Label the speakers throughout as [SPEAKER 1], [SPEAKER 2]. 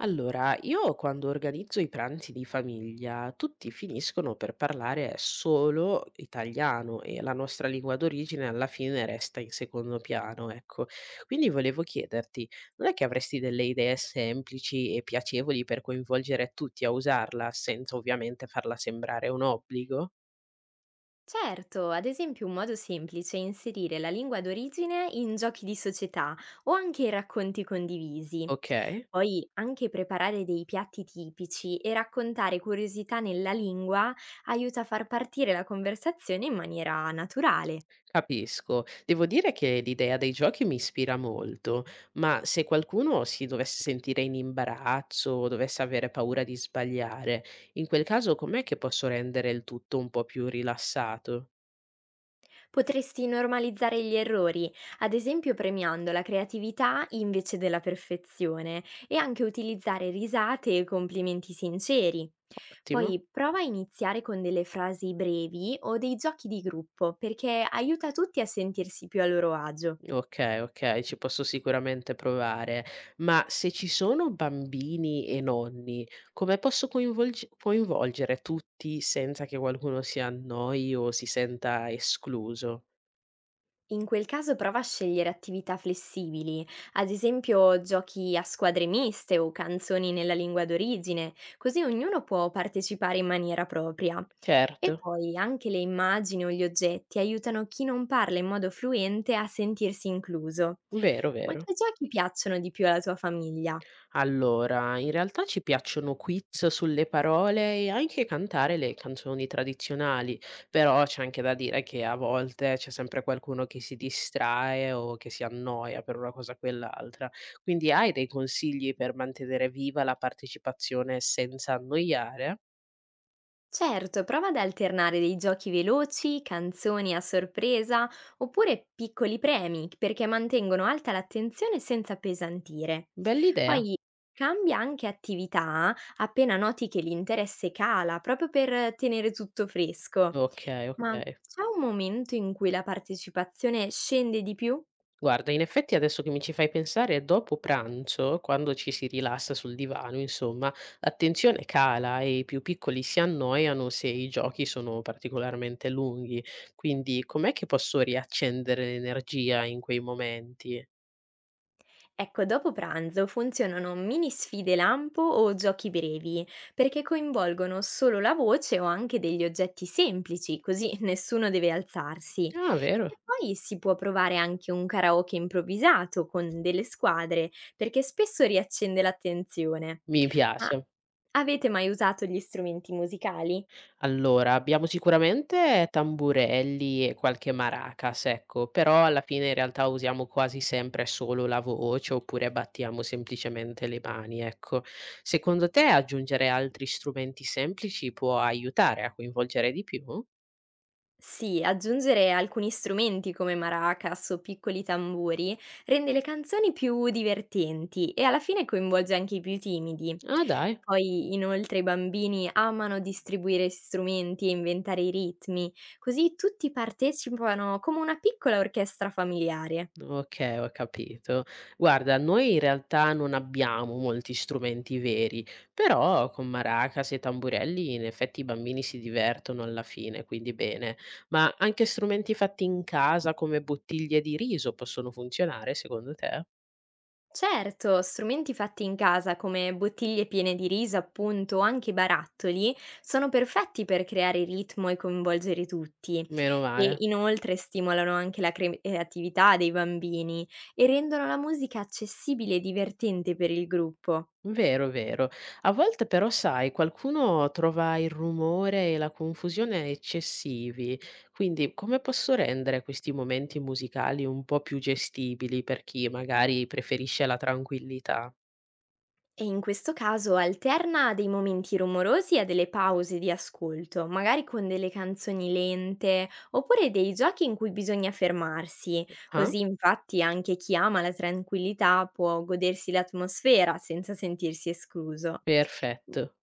[SPEAKER 1] Allora, io quando organizzo i pranzi di famiglia, tutti finiscono per parlare solo italiano e la nostra lingua d'origine alla fine resta in secondo piano, ecco. Quindi volevo chiederti, non è che avresti delle idee semplici e piacevoli per coinvolgere tutti a usarla, senza ovviamente farla sembrare un obbligo?
[SPEAKER 2] Certo, ad esempio un modo semplice è inserire la lingua d'origine in giochi di società o anche in racconti condivisi.
[SPEAKER 1] Ok?
[SPEAKER 2] Poi anche preparare dei piatti tipici e raccontare curiosità nella lingua aiuta a far partire la conversazione in maniera naturale.
[SPEAKER 1] Capisco. Devo dire che l'idea dei giochi mi ispira molto, ma se qualcuno si dovesse sentire in imbarazzo o dovesse avere paura di sbagliare, in quel caso com'è che posso rendere il tutto un po' più rilassato?
[SPEAKER 2] Potresti normalizzare gli errori, ad esempio premiando la creatività invece della perfezione e anche utilizzare risate e complimenti sinceri.
[SPEAKER 1] Ottimo.
[SPEAKER 2] Poi prova a iniziare con delle frasi brevi o dei giochi di gruppo perché aiuta tutti a sentirsi più a loro agio.
[SPEAKER 1] Ok, ok, ci posso sicuramente provare. Ma se ci sono bambini e nonni, come posso coinvolgere tutti senza che qualcuno si annoi o si senta escluso?
[SPEAKER 2] In quel caso prova a scegliere attività flessibili, ad esempio giochi a squadre miste o canzoni nella lingua d'origine, così ognuno può partecipare in maniera propria.
[SPEAKER 1] Certo,
[SPEAKER 2] E poi anche le immagini o gli oggetti aiutano chi non parla in modo fluente a sentirsi incluso.
[SPEAKER 1] vero,
[SPEAKER 2] Ma
[SPEAKER 1] vero.
[SPEAKER 2] che giochi piacciono di più alla tua famiglia?
[SPEAKER 1] Allora, in realtà ci piacciono quiz sulle parole e anche cantare le canzoni tradizionali, però c'è anche da dire che a volte c'è sempre qualcuno che si distrae o che si annoia per una cosa o quell'altra. Quindi hai dei consigli per mantenere viva la partecipazione senza annoiare?
[SPEAKER 2] Certo, prova ad alternare dei giochi veloci, canzoni a sorpresa oppure piccoli premi perché mantengono alta l'attenzione senza pesantire.
[SPEAKER 1] Bell'idea.
[SPEAKER 2] Poi cambia anche attività appena noti che l'interesse cala, proprio per tenere tutto fresco.
[SPEAKER 1] Ok, ok.
[SPEAKER 2] Ma c'è un momento in cui la partecipazione scende di più?
[SPEAKER 1] Guarda, in effetti adesso che mi ci fai pensare, dopo pranzo, quando ci si rilassa sul divano, insomma, l'attenzione cala e i più piccoli si annoiano se i giochi sono particolarmente lunghi. Quindi, com'è che posso riaccendere l'energia in quei momenti?
[SPEAKER 2] Ecco, dopo pranzo funzionano mini sfide lampo o giochi brevi, perché coinvolgono solo la voce o anche degli oggetti semplici, così nessuno deve alzarsi.
[SPEAKER 1] Ah, vero?
[SPEAKER 2] E poi si può provare anche un karaoke improvvisato con delle squadre, perché spesso riaccende l'attenzione.
[SPEAKER 1] Mi
[SPEAKER 2] Ma
[SPEAKER 1] piace.
[SPEAKER 2] avete mai usato gli strumenti musicali?
[SPEAKER 1] Allora, abbiamo sicuramente tamburelli e qualche maracas, ecco, però alla fine in realtà usiamo quasi sempre solo la voce oppure battiamo semplicemente le mani, ecco. Secondo te aggiungere altri strumenti semplici può aiutare a coinvolgere di più?
[SPEAKER 2] Sì, aggiungere alcuni strumenti come maracas o piccoli tamburi rende le canzoni più divertenti e alla fine coinvolge anche i più timidi.
[SPEAKER 1] Ah, dai.
[SPEAKER 2] Poi, inoltre, i bambini amano distribuire strumenti e inventare i ritmi, così tutti partecipano come una piccola orchestra familiare.
[SPEAKER 1] Okay, ho capito. Guarda, noi in realtà non abbiamo molti strumenti veri, però con maracas e tamburelli in effetti i bambini si divertono alla fine, quindi bene. Ma anche strumenti fatti in casa come bottiglie di riso possono funzionare secondo te?
[SPEAKER 2] Certo, strumenti fatti in casa come bottiglie piene di riso, appunto, o anche barattoli, sono perfetti per creare ritmo e coinvolgere tutti.
[SPEAKER 1] Meno
[SPEAKER 2] E
[SPEAKER 1] male.
[SPEAKER 2] inoltre stimolano anche la creatività dei bambini e rendono la musica accessibile e divertente per il gruppo.
[SPEAKER 1] Vero, vero. A volte però, sai, qualcuno trova il rumore e la confusione eccessivi, quindi come posso rendere questi momenti musicali un po' più gestibili per chi magari preferisce la tranquillità?
[SPEAKER 2] E in questo caso alterna dei momenti rumorosi a delle pause di ascolto, magari con delle canzoni lente oppure dei giochi in cui bisogna fermarsi,
[SPEAKER 1] Ah,
[SPEAKER 2] così infatti anche chi ama la tranquillità può godersi l'atmosfera senza sentirsi escluso.
[SPEAKER 1] perfetto.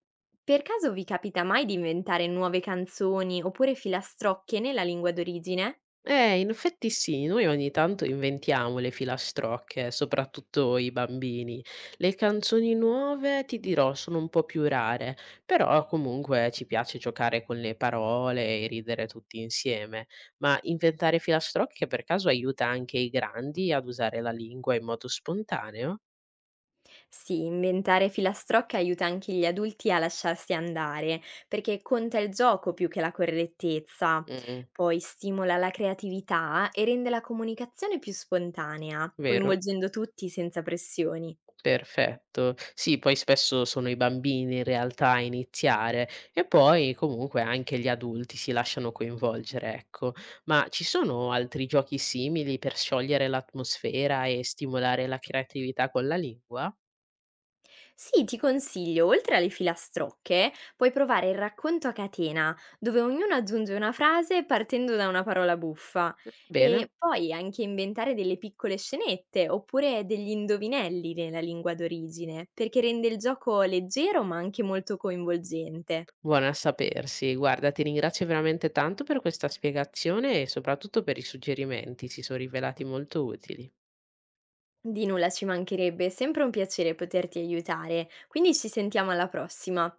[SPEAKER 2] Per caso vi capita mai di inventare nuove canzoni oppure filastrocche nella lingua d'origine?
[SPEAKER 1] In effetti sì, noi ogni tanto inventiamo le filastrocche, soprattutto i bambini. Le canzoni nuove, ti dirò, sono un po' più rare, però comunque ci piace giocare con le parole e ridere tutti insieme. Ma inventare filastrocche per caso aiuta anche i grandi ad usare la lingua in modo spontaneo?
[SPEAKER 2] Sì, inventare filastrocche aiuta anche gli adulti a lasciarsi andare, perché conta il gioco più che la correttezza.
[SPEAKER 1] Mm,
[SPEAKER 2] Poi stimola la creatività e rende la comunicazione più spontanea,
[SPEAKER 1] vero?
[SPEAKER 2] coinvolgendo tutti senza pressioni.
[SPEAKER 1] Perfetto. Sì, poi spesso sono i bambini in realtà a iniziare e poi comunque anche gli adulti si lasciano coinvolgere, ecco. Ma ci sono altri giochi simili per sciogliere l'atmosfera e stimolare la creatività con la lingua?
[SPEAKER 2] Sì, ti consiglio, oltre alle filastrocche, puoi provare il racconto a catena, dove ognuno aggiunge una frase partendo da una parola buffa e
[SPEAKER 1] Bene,
[SPEAKER 2] poi anche inventare delle piccole scenette oppure degli indovinelli nella lingua d'origine, perché rende il gioco leggero ma anche molto coinvolgente.
[SPEAKER 1] buona a sapersi. Guarda, ti ringrazio veramente tanto per questa spiegazione e soprattutto per i suggerimenti, si sono rivelati molto utili.
[SPEAKER 2] Di nulla, ci mancherebbe, è sempre un piacere poterti aiutare, quindi ci sentiamo alla prossima.